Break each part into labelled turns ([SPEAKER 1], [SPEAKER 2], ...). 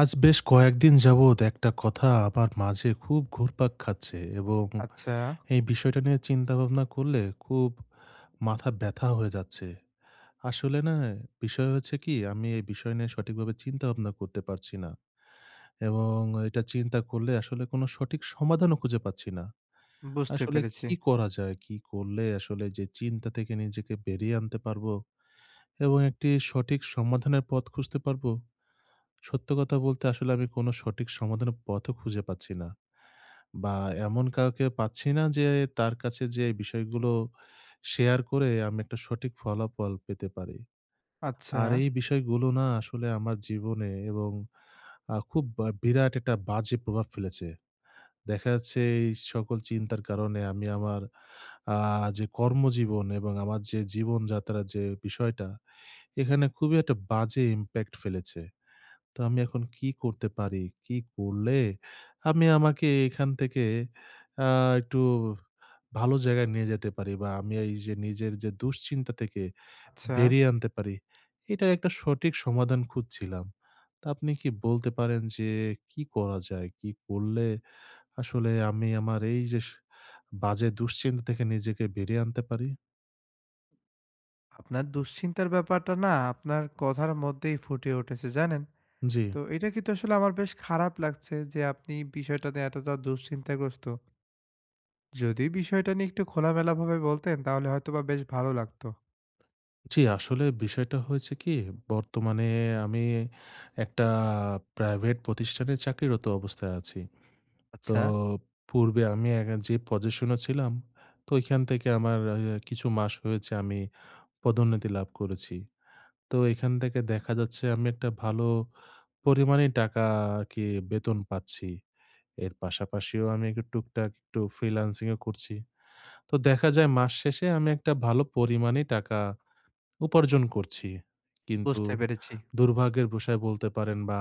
[SPEAKER 1] আজ বেশ কয়েকদিন যাবৎ একটা কথা আমার মাঝে খুব ঘুরপাক খাচ্ছে এবং
[SPEAKER 2] আচ্ছা,
[SPEAKER 1] এই বিষয়টা নিয়ে চিন্তা ভাবনা করলে খুব মাথা ব্যথা হয়ে যাচ্ছে। আসলে না, বিষয় হচ্ছে কি, আমি এই বিষয় নিয়ে সঠিকভাবে চিন্তা ভাবনা করতে পারছি না এবং এটা চিন্তা করলে আসলে কোনো সঠিক সমাধানও খুঁজে পাচ্ছি না।
[SPEAKER 2] বুঝতে
[SPEAKER 1] আসলে
[SPEAKER 2] পেরেছি।
[SPEAKER 1] কি করা যায়? কি করলে আসলে যে চিন্তা থেকে নিজেকে বেরিয়ে আনতে পারবো এবং একটি সঠিক সমাধানের পথ খুঁজতে পারবো? সত্য কথা বলতে আসলে আমি কোনো সঠিক সমাধানের পথও খুঁজে পাচ্ছি না। বা এমন কাউকে পাচ্ছি না যে তার কাছে যে এই বিষয়গুলো শেয়ার করে আমি একটা সঠিক ফলাফল পেতে পারি।
[SPEAKER 2] আচ্ছা,
[SPEAKER 1] আর এই বিষয়গুলো না আসলে আমার জীবনে এবং খুব বা বিরাট একটা বাজে প্রভাব ফেলেছে। দেখা যাচ্ছে এই সকল চিন্তার কারণে আমি আমার আ যে কর্মজীবন এবং আমার যে জীবনযাত্রার যে বিষয়টা, এখানে খুবই একটা বাজে ইমপ্যাক্ট ফেলেছে। তো আমি এখন কি করতে পারি? কি করলে আমি আমাকে এখান থেকে আ একটু ভালো জায়গায় নিয়ে যেতে পারি বা আমি এই যে নিজের যে দুশ্চিন্তা থেকে
[SPEAKER 2] আচ্ছা।
[SPEAKER 1] বেরিয়ে আনতে পারি, এটার একটা সঠিক সমাধান খুঁজছিলাম। তা আপনি কি বলতে পারেন যে কি করা যায়? কি করলে আসলে আমি আমার এই যে বাজে দুশ্চিন্তা থেকে নিজেকে বেরিয়ে আনতে পারি?
[SPEAKER 2] আপনার দুশ্চিন্তার ব্যাপারটা না আপনার কথার মধ্যেই ফুটে উঠেছে, জানেন?
[SPEAKER 1] জি।
[SPEAKER 2] তো এটা কিন্তু আসলে আমার বেশ খারাপ লাগছে যে আপনি বিষয়টাতে এতটা দুশ্চিন্তাগ্রস্ত। যদি বিষয়টা নিয়ে একটু খোলামেলাভাবে বলতেন তাহলে হয়তোবা বেশ ভালো লাগতো।
[SPEAKER 1] জি, আসলে বিষয়টা হয়েছে কি? বর্তমানে আমি একটা প্রাইভেট প্রতিষ্ঠানে চাকরিরত অবস্থায় আছি। তো
[SPEAKER 2] আচ্ছা,
[SPEAKER 1] পূর্বে আমি এক যে পজিশনে ছিলাম, তো ঐখান থেকে আমার কিছু মাস হয়েছে আমি পদোন্নতি লাভ করেছি। তো এখান থেকে দেখা যাচ্ছে আমি একটা ভালো পরিমাণেই টাকা আরকি বেতন পাচ্ছি। এর পাশাপাশিও আমি একটু টুকটাক একটু ফ্রিল্যান্সিং ও করছি। তো দেখা যায় মাস শেষে আমি একটা ভালো পরিমাণেই টাকা উপার্জন করছি। কিন্তু
[SPEAKER 2] বুঝতে পেরেছি।
[SPEAKER 1] দুর্ভাগ্যের বশায় বলতে পারেন বা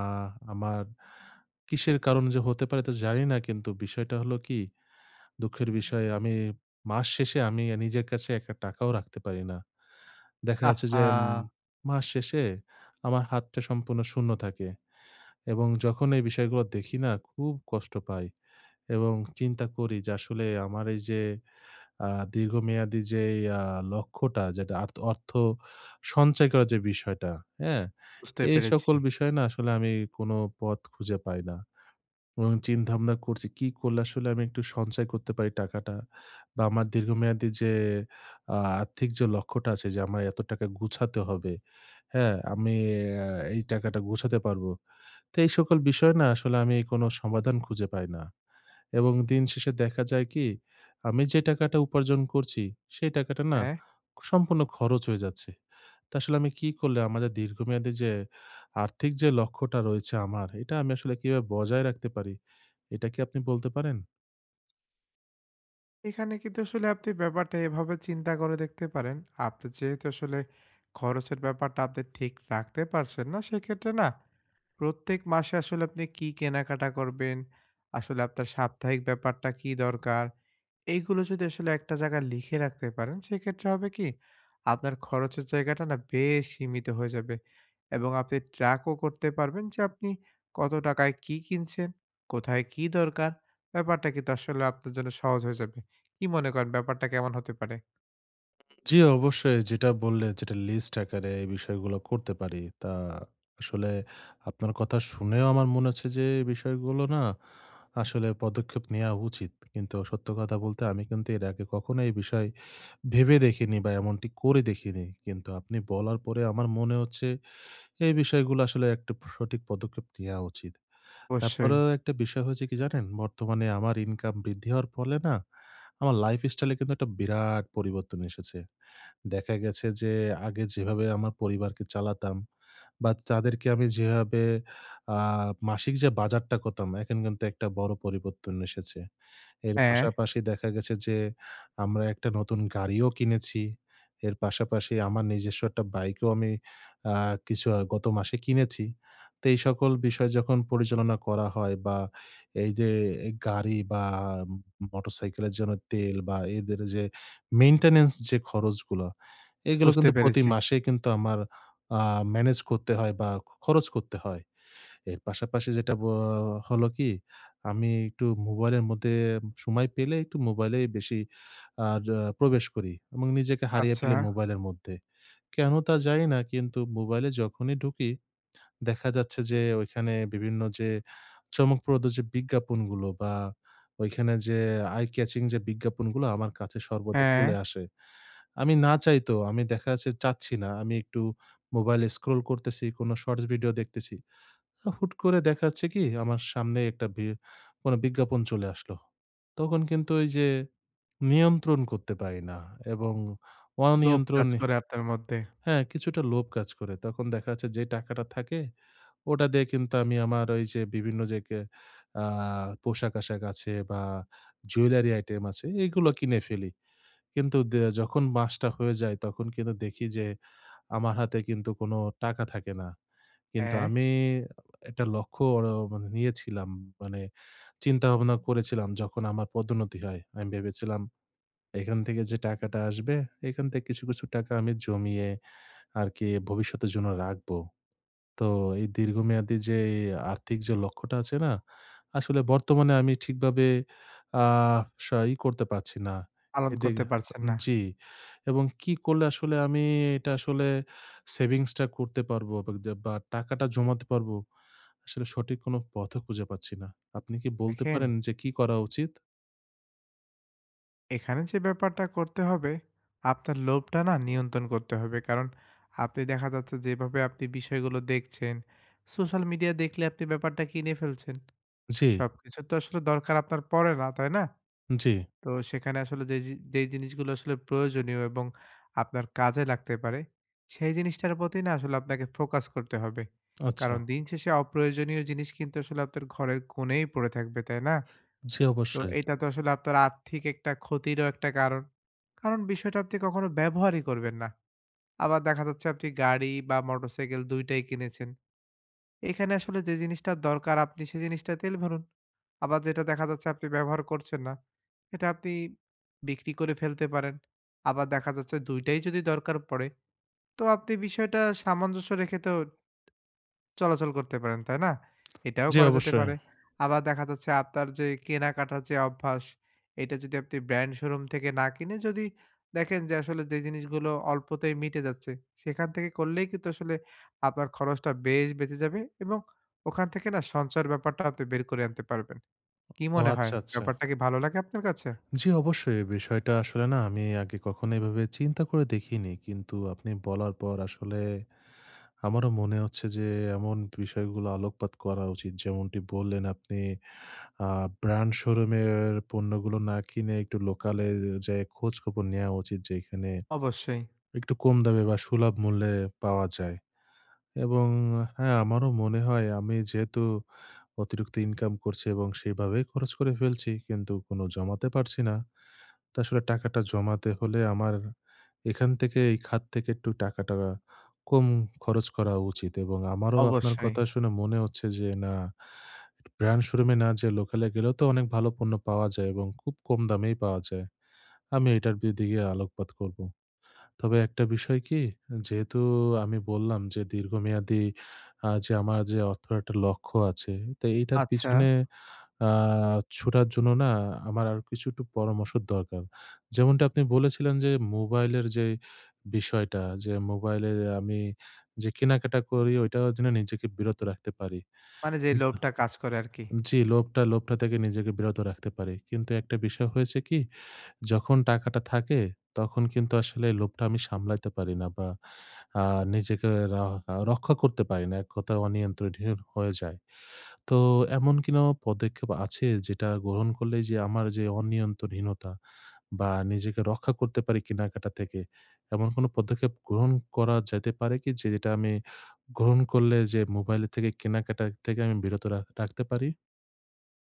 [SPEAKER 1] আমার কিসের কারণে যে হতে পারে তা জানি না। কিন্তু বিষয়টা হলো কি, দুঃখের বিষয় আমি মাস শেষে আমি নিজের কাছে একটা টাকাও রাখতে পারি না। দেখা যাচ্ছে
[SPEAKER 2] আহা!
[SPEAKER 1] যে মাস শেষে আমার হাতটা সম্পূর্ণ শূন্য থাকে এবং যখন এই বিষয়গুলো দেখি না খুব কষ্ট পাই এবং চিন্তা করি যে আসলে আমার এই যে আ দীর্ঘমেয়াদী যেই লক্ষ্যটা, যেটা অর্থ সঞ্চয় করার যে বিষয়টা, হ্যাঁ?
[SPEAKER 2] বুঝতে
[SPEAKER 1] এই
[SPEAKER 2] পেরেছি।
[SPEAKER 1] সকল বিষয়ে না আসলে আমি কোনো পথ খুঁজে পাই না। এবং চিন্তাভাবনা করছি কি করলে আসলে আমি একটু সঞ্চয় করতে পারি টাকাটা, বা আমার দীর্ঘমেয়াদী যে আ আর্থিক যে লক্ষ্যটা আছে যে আমার এত টাকা গুছাতে হবে, হ্যাঁ? আমি আ এই টাকাটা গুছাতে পারবো। তো এই সকল বিষয় না আসলে আমি কোনো সমাধান খুঁজে পাই না। এবং দিন শেষে দেখা যায় কি, আমি যে টাকাটা উপার্জন করছি, সেই টাকাটা না
[SPEAKER 2] হ্যাঁ।
[SPEAKER 1] সম্পূর্ণ খরচ হয়ে যাচ্ছে। তা আসলে আমি কি করলে আমাদের দীর্ঘমেয়াদী যে আর্থিক যে লক্ষ্যটা রয়েছে আমার, এটা আমি আসলে কিভাবে বজায় রাখতে পারি? এটা কি আপনি বলতে পারেন?
[SPEAKER 2] এখানে কিন্তু আসলে আপনি ব্যাপারটা এভাবে চিন্তা করে দেখতে পারেন। আপনি যেহেতু আসলে খরচের ব্যাপারটা আপনি ঠিক রাখতে পারছেন না, সেক্ষেত্রে না প্রত্যেক মাসে আসলে আপনি কি কেনাকাটা করবেন, আসলে আপনার সাপ্তাহিক ব্যাপারটা কি দরকার এইগুলো যদি আসলে একটা জায়গায় লিখে রাখতে পারেন, সেক্ষেত্রে হবে কি? আপনার খরচের জায়গাটা না বেশ সীমিত হয়ে যাবে। এবং আপনি ট্র্যাকও করতে পারবেন যে আপনি কত টাকায় কি কিনছেন, কোথায় কি দরকার, ব্যাপারটা কিন্তু আসলে আপনার জন্য সহজ হয়ে যাবে। কি মনে করেন ব্যাপারটা কেমন হতে পারে?
[SPEAKER 1] জি, অবশ্যই। যেটা বললে, যেটা লিস্ট আকারে এই বিষয়গুলো করতে পারি। তা আসলে আপনার কথা শুনেও আমার মনে হচ্ছে যে এই বিষয়গুলো না আসলে পদক্ষেপ নেওয়া উচিত। কিন্তু সত্য কথা বলতে আমি কিন্তু এর আগে কখনো এই বিষয় ভেবে দেখিনি বা এমনটি করে দেখিনি। কিন্তু আপনি বলার পরে আমার মনে হচ্ছে এই বিষয়গুলো আসলে একটা সঠিক পদক্ষেপ নেওয়া উচিত।
[SPEAKER 2] অবশ্যই।
[SPEAKER 1] তারপরেও একটা বিষয় হয়েছে কি, জানেন? বর্তমানে আমার ইনকাম বৃদ্ধি হওয়ার ফলে না আমার লাইফস্টাইল এ কিন্তু একটা বিরাট পরিবর্তন এসেছে। দেখা গেছে যে আগে যেভাবে আমার পরিবারকে চালাতাম বা তাদেরকে আমি যেভাবে আ মাসিক যে বাজারটা করতাম, এখন কিন্তু একটা বড় পরিবর্তন এসেছে। এর
[SPEAKER 2] হ্যাঁ,
[SPEAKER 1] পাশাপাশি দেখা গেছে যে আমরা একটা নতুন গাড়িও কিনেছি। এর পাশাপাশি আমার নিজস্ব একটা বাইকও আমি আ কিছু গত মাসে কিনেছি। তো এই সকল বিষয় যখন পরিচালনা করা হয় বা এই যে গাড়ি বা মোটরসাইকেলের জন্য তেল বা এদের যে মেইনটেন্যান্স যে খরচগুলো, এগুলো
[SPEAKER 2] বুঝতে
[SPEAKER 1] কিন্তু প্রতি
[SPEAKER 2] পেরেছি।
[SPEAKER 1] মাসে কিন্তু আমার আ ম্যানেজ করতে হয় বা খরচ করতে হয়। এর পাশাপাশি যেটা হলো কি, আমি একটু মোবাইলের মধ্যে সময় পেলে একটু মোবাইলেই বেশি আর প্রবেশ করি এবং নিজেকে হারিয়ে
[SPEAKER 2] আচ্ছা,
[SPEAKER 1] ফেলি মোবাইলের মধ্যে। কেন তা জানি না, কিন্তু মোবাইলে যখনই ঢুকি দেখা যাচ্ছে যে ওইখানে বিভিন্ন যে চমকপ্রদ যে বিজ্ঞাপনগুলো বা ওইখানে যে eye catching যে বিজ্ঞাপনগুলো আমার কাছে সর্বদা
[SPEAKER 2] হ্যাঁ,
[SPEAKER 1] চলে আসে। আমি না চাইতেও আমি দেখা যাচ্ছে চাচ্ছি না। আমি একটু মোবাইলে স্ক্রল করতেছি, কোনো শর্টস ভিডিও দেখতেছি। হুট করে দেখা যাচ্ছে কি, আমার সামনে একটা কোনো বিজ্ঞাপন চলে আসলো। তখন কিন্তু ওই যে নিয়ন্ত্রণ করতে পারি না এবং
[SPEAKER 2] লোভ
[SPEAKER 1] অনিয়ন্ত্রণ
[SPEAKER 2] কাজ করে আপনার মধ্যে।
[SPEAKER 1] হ্যাঁ, কিছুটা লোভ কাজ করে। তখন দেখা যাচ্ছে যে টাকাটা থাকে ওটা দিয়ে কিন্তু আমি আমার ওই যে বিভিন্ন যে আ পোশাক-আশাক আছে বা জুয়েলারি আইটেম আছে এগুলো কিনে ফেলি। কিন্তু যখন মাসটা হয়ে যায় তখন কিন্তু দেখি যে আমার হাতে কিন্তু কোনো টাকা থাকে না। কিন্তু
[SPEAKER 2] হ্যাঁ,
[SPEAKER 1] আমি একটা লক্ষ্য মানে নিয়েছিলাম। মানে চিন্তাভাবনা করেছিলাম যখন আমার পদোন্নতি হয়। আমি ভেবেছিলাম এখান থেকে যে টাকাটা আসবে, এখান থেকে কিছু টাকা আমি জমিয়ে আরকি ভবিষ্যতের জন্য রাখবো। তো এই দীর্ঘমেয়াদী যে এই আর্থিক যে লক্ষ্যটা আছে না, আসলে বর্তমানে আমি ঠিকভাবে আ ই করতে পারছি না।
[SPEAKER 2] পালন করতে
[SPEAKER 1] এদিকে
[SPEAKER 2] পারছেন না।
[SPEAKER 1] জি। এবং কি করলে আসলে আমি এটা আসলে সেভিংস টা করতে পারবো বা দে বা টাকাটা জমাতে পারবো, আসলে সঠিক কোনো পথও খুঁজে পাচ্ছি না। আপনি কি বলতে
[SPEAKER 2] দেখেন,
[SPEAKER 1] পারেন যে কি করা উচিত?
[SPEAKER 2] এখানে যে ব্যাপারটা করতে হবে, আপনার লোভটা না নিয়ন্ত্রণ করতে হবে। কারণ আপনি দেখা যাচ্ছে যেভাবে আপনি বিষয়গুলো দেখছেন, সোশ্যাল মিডিয়া দেখলে আপনি ব্যাপারটা কিনে ফেলছেন।
[SPEAKER 1] জি,
[SPEAKER 2] সবকিছু তো আসলে দরকার আপনার পড়ে না, তাই না?
[SPEAKER 1] জি।
[SPEAKER 2] তো সেখানে আসলে যে জি যেই জিনিসগুলো আসলে প্রয়োজনীয় এবং আপনার কাজে লাগতে পারে, সেই জিনিসটার প্রতি না আসলে আপনাকে ফোকাস করতে হবে।
[SPEAKER 1] আচ্ছা।
[SPEAKER 2] কারণ দিন শেষে অপ্রয়োজনীয় জিনিস কিন্তু আসলে আপনার ঘরের কোণেই পড়ে থাকবে, তাই না?
[SPEAKER 1] জি,
[SPEAKER 2] তো
[SPEAKER 1] অবশ্যই।
[SPEAKER 2] এটা তো আসলে আপনার আর্থিক একটা ক্ষতিরও একটা কারণ। কারণ বিষয়টা আপনি কখনো ব্যবহারই করবেন না। আবার দেখা যাচ্ছে আপনি গাড়ি বা মোটরসাইকেল ২ টাই কিনেছেন। এখানে আসলে যে জিনিসটার দরকার আপনি সেই জিনিসটা তেল ভরুন। আবার যেটা দেখা যাচ্ছে আপনি ব্যবহার করছেন না, এটা আপনি বিক্রি করে ফেলতে পারেন। আবার দেখা যাচ্ছে ২ টাই যদি দরকার পড়ে, তো আপনি বিষয়টা সামঞ্জস্য রেখে তো চলাচল করতে পারেন, তাই না? এটাও
[SPEAKER 1] জি,
[SPEAKER 2] করা যেতে
[SPEAKER 1] অবশ্যই।
[SPEAKER 2] পারে। আবার দেখা যাচ্ছে আপনার যে কেনাকাটার যে অভ্যাস, এটা যদি আপনি ব্র্যান্ড শোরুম থেকে না কিনে যদি দেখেন যে আসলে যে জিনিসগুলো অল্পতেই মিটে যাচ্ছে, সেখান থেকে করলেই কিন্তু আসলে আপনার খরচটা বেশ বেঁচে যাবে এবং ওখান থেকে না সঞ্চয়ের ব্যাপারটা আপনি বের করে আনতে পারবেন। কি
[SPEAKER 1] ও
[SPEAKER 2] মনে হয়?
[SPEAKER 1] আচ্ছা, আচ্ছা।
[SPEAKER 2] ব্যাপারটা কি ভালো লাগে আপনার কাছে?
[SPEAKER 1] জি, অবশ্যই। এই বিষয়টা আসলে না আমি আগে কখনো এভাবে চিন্তা করে দেখিনি। কিন্তু আপনি বলার পর আসলে আমারও মনে হচ্ছে যে এমন বিষয়গুলো আলোকপাত করা উচিত। যেমনটি বললেন আপনি আ ব্র্যান্ড শোরুমের পণ্যগুলো না কিনে একটু লোকালে যেয়ে খোঁজখবর নেয়া উচিত যে এখানে
[SPEAKER 2] অবশ্যই,
[SPEAKER 1] একটু কম দামে বা সুলভ মূল্যে পাওয়া যায়। এবং হ্যাঁ, আমারও মনে হয় আমি যেহেতু অতিরিক্ত ইনকাম করছি এবং সেভাবেই খরচ করে ফেলছি, কিন্তু কোনো জমাতে পারছি না। তো আসলে টাকাটা জমাতে হলে আমার এখান থেকে, এই খাত থেকে একটু টাকাটা কম খরচ করা উচিত এবং আমারও আপনার
[SPEAKER 2] অবশ্যই।
[SPEAKER 1] কথা শুনে মনে হচ্ছে যে না, ব্র্যান্ড শোরুমে না যে, লোকালে গেলেও তো অনেক ভালো পণ্য পাওয়া যায় এবং খুব কম দামেই পাওয়া যায়। আমি এটার দিকে আলোকপাত করব। তবে একটা বিষয় কি, যেহেতু আমি বললাম যে দীর্ঘমেয়াদী যে আমার যে অর্থের একটা লক্ষ্য আছে, তো এইটার
[SPEAKER 2] আচ্ছা,
[SPEAKER 1] পিছনে আ ছুটার জন্য না আমার আরো কিছু একটু পরামর্শের দরকার। যেমনটা আপনি বলেছিলেন যে মোবাইলের যে বিষয়টা, যে মোবাইলে আমি যে কেনাকাটা করি ওইটাও যেন নিজেকে বিরত রাখতে পারি।
[SPEAKER 2] মানে যে
[SPEAKER 1] কিন্তু
[SPEAKER 2] লোভটা কাজ করে আরকি।
[SPEAKER 1] জি, লোভটা লোভটা থেকে নিজেকে বিরত রাখতে পারি। কিন্তু একটা বিষয় হয়েছে কি? যখন টাকাটা থাকে তখন কিন্তু আসলে লোভটা আমি সামলাইতে পারি না বা আ নিজেকে রক্ষা করতে পারি না। এক কথায় অনিয়ন্ত্রণহীন হয়ে যায়। তো এমন কি না পদক্ষেপ আছে যেটা গ্রহণ করলে যে আমার যে অনিয়ন্ত্রণহীনতা, বা নিজেকে রক্ষা করতে পারি কেনাকাটা থেকে? এমন কোনো পদক্ষেপ গ্রহণ করা যেতে পারে কি? যে যেটা আমি গ্রহণ করলে যে মোবাইলের থেকে কেনাকাটা থেকে আমি বিরত রাখতে পারি?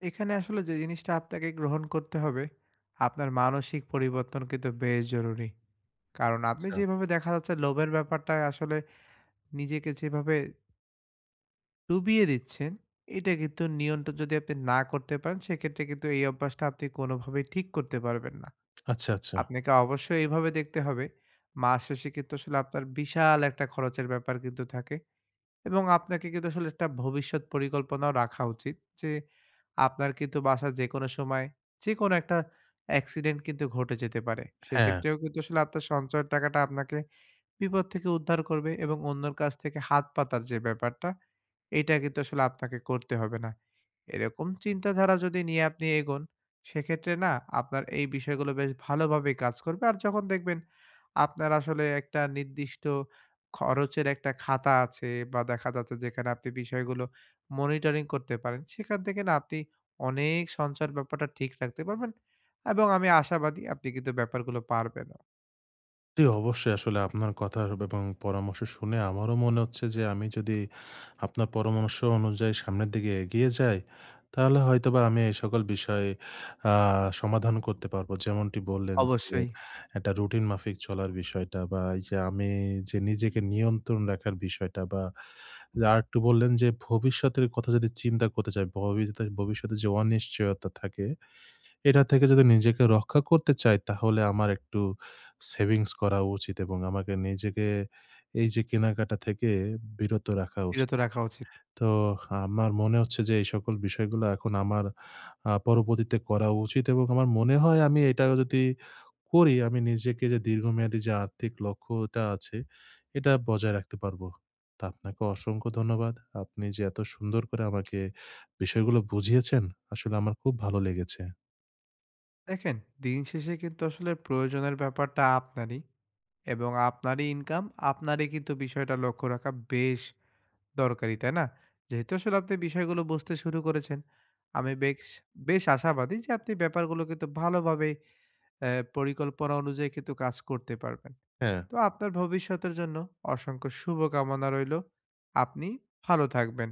[SPEAKER 2] এখানে আসলে যে জিনিসটা আপনাকে গ্রহণ করতে হবে, আপনার মানসিক পরিবর্তন কিন্তু বেশ জরুরি। কারণ আপনি
[SPEAKER 1] আচ্ছা।
[SPEAKER 2] যেভাবে দেখা যাচ্ছে লোভের ব্যাপারটায় আসলে নিজেকে যেভাবে ডুবিয়ে দিচ্ছেন, এটা কিন্তু নিয়ন্ত্রণ যদি আপনি না করতে পারেন, সেক্ষেত্রে কিন্তু এই অভ্যাসটা আপনি কোনোভাবেই ঠিক করতে পারবেন না।
[SPEAKER 1] আচ্ছা, আচ্ছা।
[SPEAKER 2] আপনাকে অবশ্যই এইভাবে দেখতে হবে, মাস শেষে কিন্তু আসলে আপনার বিশাল একটা খরচের ব্যাপার কিন্তু থাকে। এবং আপনাকে কিন্তু আসলে একটা ভবিষ্যৎ পরিকল্পনাও রাখা উচিত যে আপনার কিন্তু বাসার যেকোনো সময় যেকোনো একটা অ্যাক্সিডেন্ট কিন্তু ঘটে যেতে পারে।
[SPEAKER 1] হ্যাঁ।
[SPEAKER 2] সেক্ষেত্রেও কিন্তু আসলে আপনার সঞ্চয়ের টাকাটা আপনাকে বিপদ থেকে উদ্ধার করবে এবং অন্যের কাছ থেকে হাত পাতার যে ব্যাপারটা, এইটা কিন্তু আসলে আপনাকে করতে হবে না। এরকম চিন্তাধারা যদি নিয়ে আপনি এগোন, সেক্ষেত্রে না আপনার এই বিষয়গুলো বেশ ভালোভাবেই কাজ করবে। আর যখন দেখবেন আপনার আসলে একটা নির্দিষ্ট খরচের একটা খাতা আছে বা দেখা যাচ্ছে যেখানে আপনি বিষয়গুলো মনিটরিং করতে পারেন, সেখান থেকে না আপনি অনেক সঞ্চয়ের ব্যাপারটা ঠিক রাখতে পারবেন এবং আমি আশাবাদী আপনি কিন্তু ব্যাপারগুলো পারবেনও।
[SPEAKER 1] জি, অবশ্যই আসলে আপনার কথা এবং পরামর্শ শুনে আমারও মনে হচ্ছে যে, আমি যদি আপনার পরামর্শ অনুযায়ী সামনের দিকে এগিয়ে যাই, তাহলে হয়তোবা আমি এই সকল বিষয়ে আ সমাধান করতে পারবো। যেমনটি বললেন যে
[SPEAKER 2] অবশ্যই
[SPEAKER 1] একটা রুটিন মাফিক চলার বিষয়টা, বা এই যে আমি যে নিজেকে নিয়ন্ত্রণ রাখার বিষয়টা, বা আরেকটু বললেন যে ভবিষ্যতের কথা যদি চিন্তা করতে চাই, ভবিষ্যতে যে অনিশ্চয়তা থাকে এটা থেকে যদি নিজেকে রক্ষা করতে চাই, তাহলে আমার একটু সেভিংস করা উচিত এবং আমাকে নিজেকে এই যে কেনাকাটা থেকে বিরত রাখা উচিত।
[SPEAKER 2] বিরত রাখা উচিত।
[SPEAKER 1] তো আমার মনে হচ্ছে যে এই সকল বিষয়গুলো এখন আমার পরবর্তীতে করা উচিত এবং আমার মনে হয় আমি এটা যদি করি, আমি নিজেকে যে দীর্ঘমেয়াদী যে আর্থিক লক্ষ্যটা আছে এটা বজায় রাখতে পারবো। তো আপনাকে অসংখ্য ধন্যবাদ। আপনি যে এত সুন্দর করে আমাকে বিষয়গুলো বুঝিয়েছেন, আসলে আমার খুব ভালো লেগেছে।
[SPEAKER 2] দেখেন, দিন শেষে কিন্তু আসলে প্রয়োজনের ব্যাপারটা আপনারই এবং আপনারই ইনকাম, আপনারই কিন্তু বিষয়টা লক্ষ্য রাখা বেশ দরকারি, তাই না? যেহেতু আসলে আপনি বিষয়গুলো বুঝতে শুরু করেছেন, আমি বেশ বেশ আশাবাদী যে আপনি ব্যাপারগুলো কিন্তু ভালোভাবে অ্যা পরিকল্পনা অনুযায়ী কিন্তু কাজ করতে পারবেন।
[SPEAKER 1] হ্যাঁ।
[SPEAKER 2] তো আপনার ভবিষ্যতের জন্য অসংখ্য শুভকামনা রইলো। আপনি ভালো থাকবেন।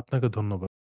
[SPEAKER 1] আপনাকে ধন্যবাদ।